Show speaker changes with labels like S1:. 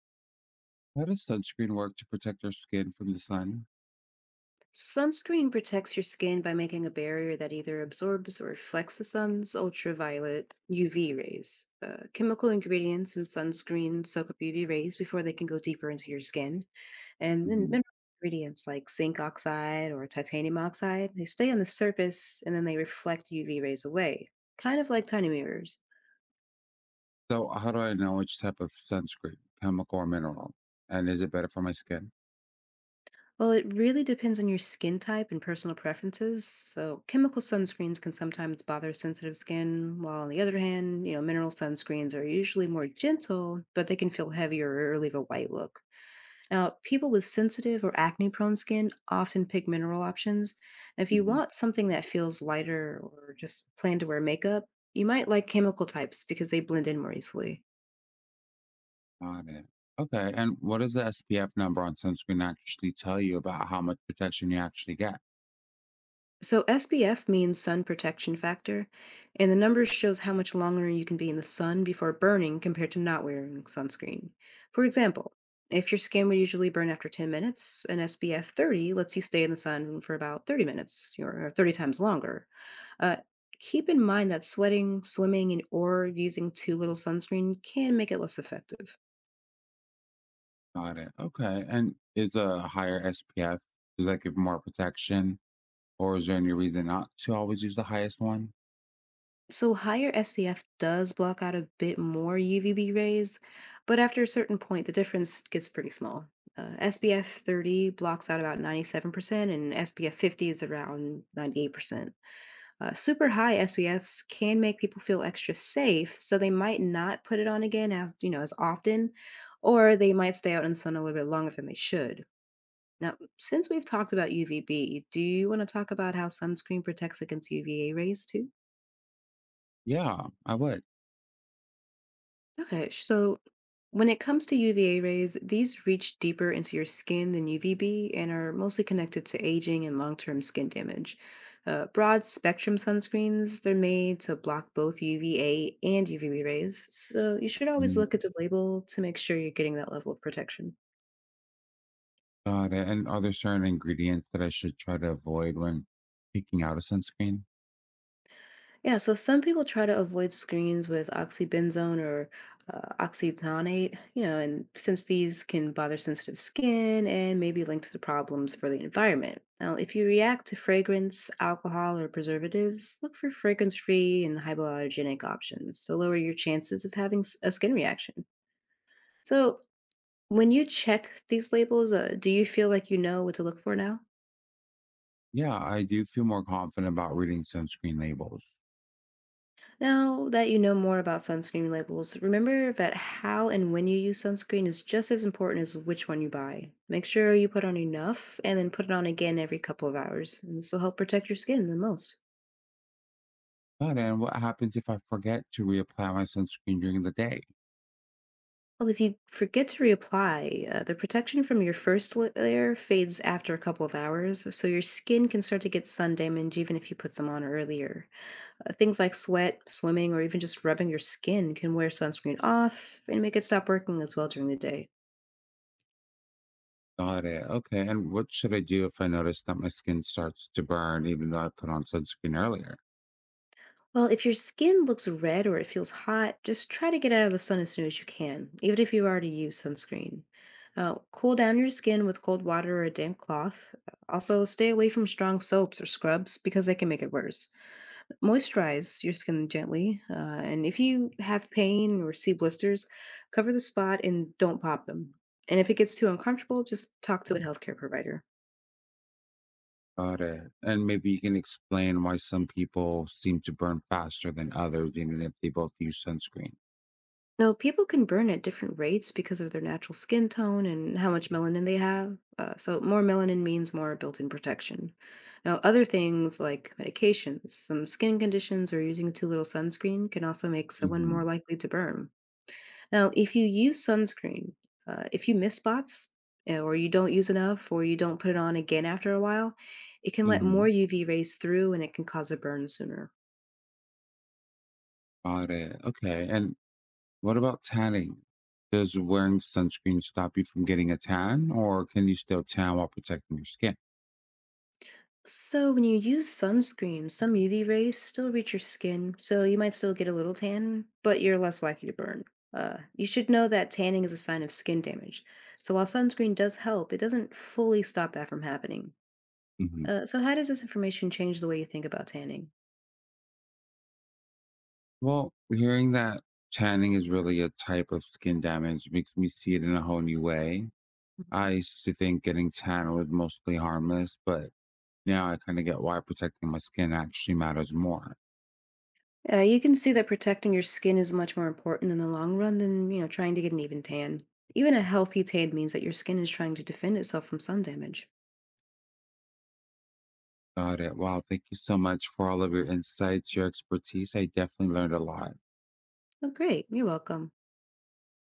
S1: How does sunscreen work to protect our skin from the sun?
S2: Sunscreen protects your skin by making a barrier that either absorbs or reflects the sun's ultraviolet UV rays. Chemical ingredients in sunscreen soak up UV rays before they can go deeper into your skin. And then
S1: Hmm.
S2: mineral ingredients like zinc oxide or titanium oxide, they stay on the surface and then they reflect UV rays away, kind of like tiny mirrors.
S1: So, how do I know which type of sunscreen, chemical or mineral? And is it better for my skin?
S2: Well, it really depends on your skin type and personal preferences. So, chemical sunscreens can sometimes bother sensitive skin, while on the other hand, mineral sunscreens are usually more gentle, but they can feel heavier or leave a white look. Now, people with sensitive or acne prone skin often pick mineral options. If you
S1: Hmm.
S2: want something that feels lighter or just plan to wear makeup, you might like chemical types because they blend in more easily.
S1: Got it. Okay. And what does the SPF number on sunscreen actually tell you about how much protection you actually get?
S2: So SPF means sun protection factor, and the number shows how much longer you can be in the sun before burning compared to not wearing sunscreen. For example, if your skin would usually burn after 10 minutes, an SPF 30 lets you stay in the sun for about 30 minutes or 30 times longer. Uh, Keep in mind that sweating, swimming, and or using too little sunscreen can make it less effective.
S1: Got it. Okay. And is a higher SPF, does that give more protection? Or is there any reason not to always use the highest one?
S2: So higher SPF does block out a bit more UVB rays, but after a certain point, the difference gets pretty small. SPF 30 blocks out about 97%, and SPF 50 is around 98%. Super high SPFs can make people feel extra safe, so they might not put it on again, as often, or they might stay out in the sun a little bit longer than they should. Now, since we've talked about UVB, do you want to talk about how sunscreen protects against UVA rays too?
S1: Yeah, I would.
S2: Okay, so when it comes to UVA rays, these reach deeper into your skin than UVB and are mostly connected to aging and long term skin damage. Broad spectrum sunscreens, they're made to block both UVA and UVB rays, so you should always look at the label to make sure you're getting that level of protection.
S1: Got it, and are there certain ingredients that I should try to avoid when picking out a sunscreen?
S2: Yeah, so some people try to avoid screens with oxybenzone or oxytonate, you know, and since these can bother sensitive skin and maybe linked to problems for the environment. Now, if you react to fragrance, alcohol, or preservatives, look for fragrance-free and hypoallergenic options to lower your chances of having a skin reaction. So, when you check these labels, do you feel like you know what to look for now?
S1: Yeah, I do feel more confident about reading sunscreen labels.
S2: Now that you know more about sunscreen labels, remember that how and when you use sunscreen is just as important as which one you buy. Make sure you put on enough and then put it on again every couple of hours. And this will help protect your skin the most.
S1: Got it, and what happens if I forget to reapply my sunscreen during the day?
S2: Well, if you forget to reapply, the protection from your first layer fades after a couple of hours, so your skin can start to get sun damage even if you put some on earlier. Things like sweat, swimming, or even just rubbing your skin can wear sunscreen off and make it stop working as well during the day.
S1: Got it. Okay, and what should I do if I notice that my skin starts to burn even though I put on sunscreen earlier?
S2: Well, if your skin looks red or it feels hot, just try to get out of the sun as soon as you can, even if you already use sunscreen. Cool down your skin with cold water or a damp cloth. Also, stay away from strong soaps or scrubs because they can make it worse. Moisturize your skin gently, and if you have pain or see blisters, cover the spot and don't pop them. And if it gets too uncomfortable, just talk to a healthcare provider.
S1: Got it. And maybe you can explain why some people seem to burn faster than others, even if they both use sunscreen.
S2: No, people can burn at different rates because of their natural skin tone and how much melanin they have. So more melanin means more built in protection. Now, other things like medications, some skin conditions, or using too little sunscreen can also make someone more
S1: Mm-hmm.
S2: likely to burn. Now, if you use sunscreen, if you miss spots, or you don't use enough, or you don't put it on again after a while, it can let more
S1: Mm-hmm.
S2: UV rays through and it can cause a burn sooner.
S1: Got it. Okay. And what about tanning? Does wearing sunscreen stop you from getting a tan, or can you still tan while protecting your skin?
S2: So when you use sunscreen, some UV rays still reach your skin, so you might still get a little tan, but you're less likely to burn. You should know that tanning is a sign of skin damage. So while sunscreen does help, it doesn't fully stop that from happening.
S1: Hmm.
S2: So how does this information change the way you think about tanning?
S1: Well, hearing that tanning is really a type of skin damage makes me see it in a whole new way.
S2: Mhm.
S1: I used to think getting tan was mostly harmless, but now I kind of get why protecting my skin actually matters more.
S2: You can see that protecting your skin is much more important in the long run than trying to get an even tan. Even a healthy tan means that your skin is trying to defend itself from sun damage.
S1: Got it. Wow. Thank you so much for all of your insights, your expertise. I definitely learned a lot.
S2: Oh, great! You're welcome.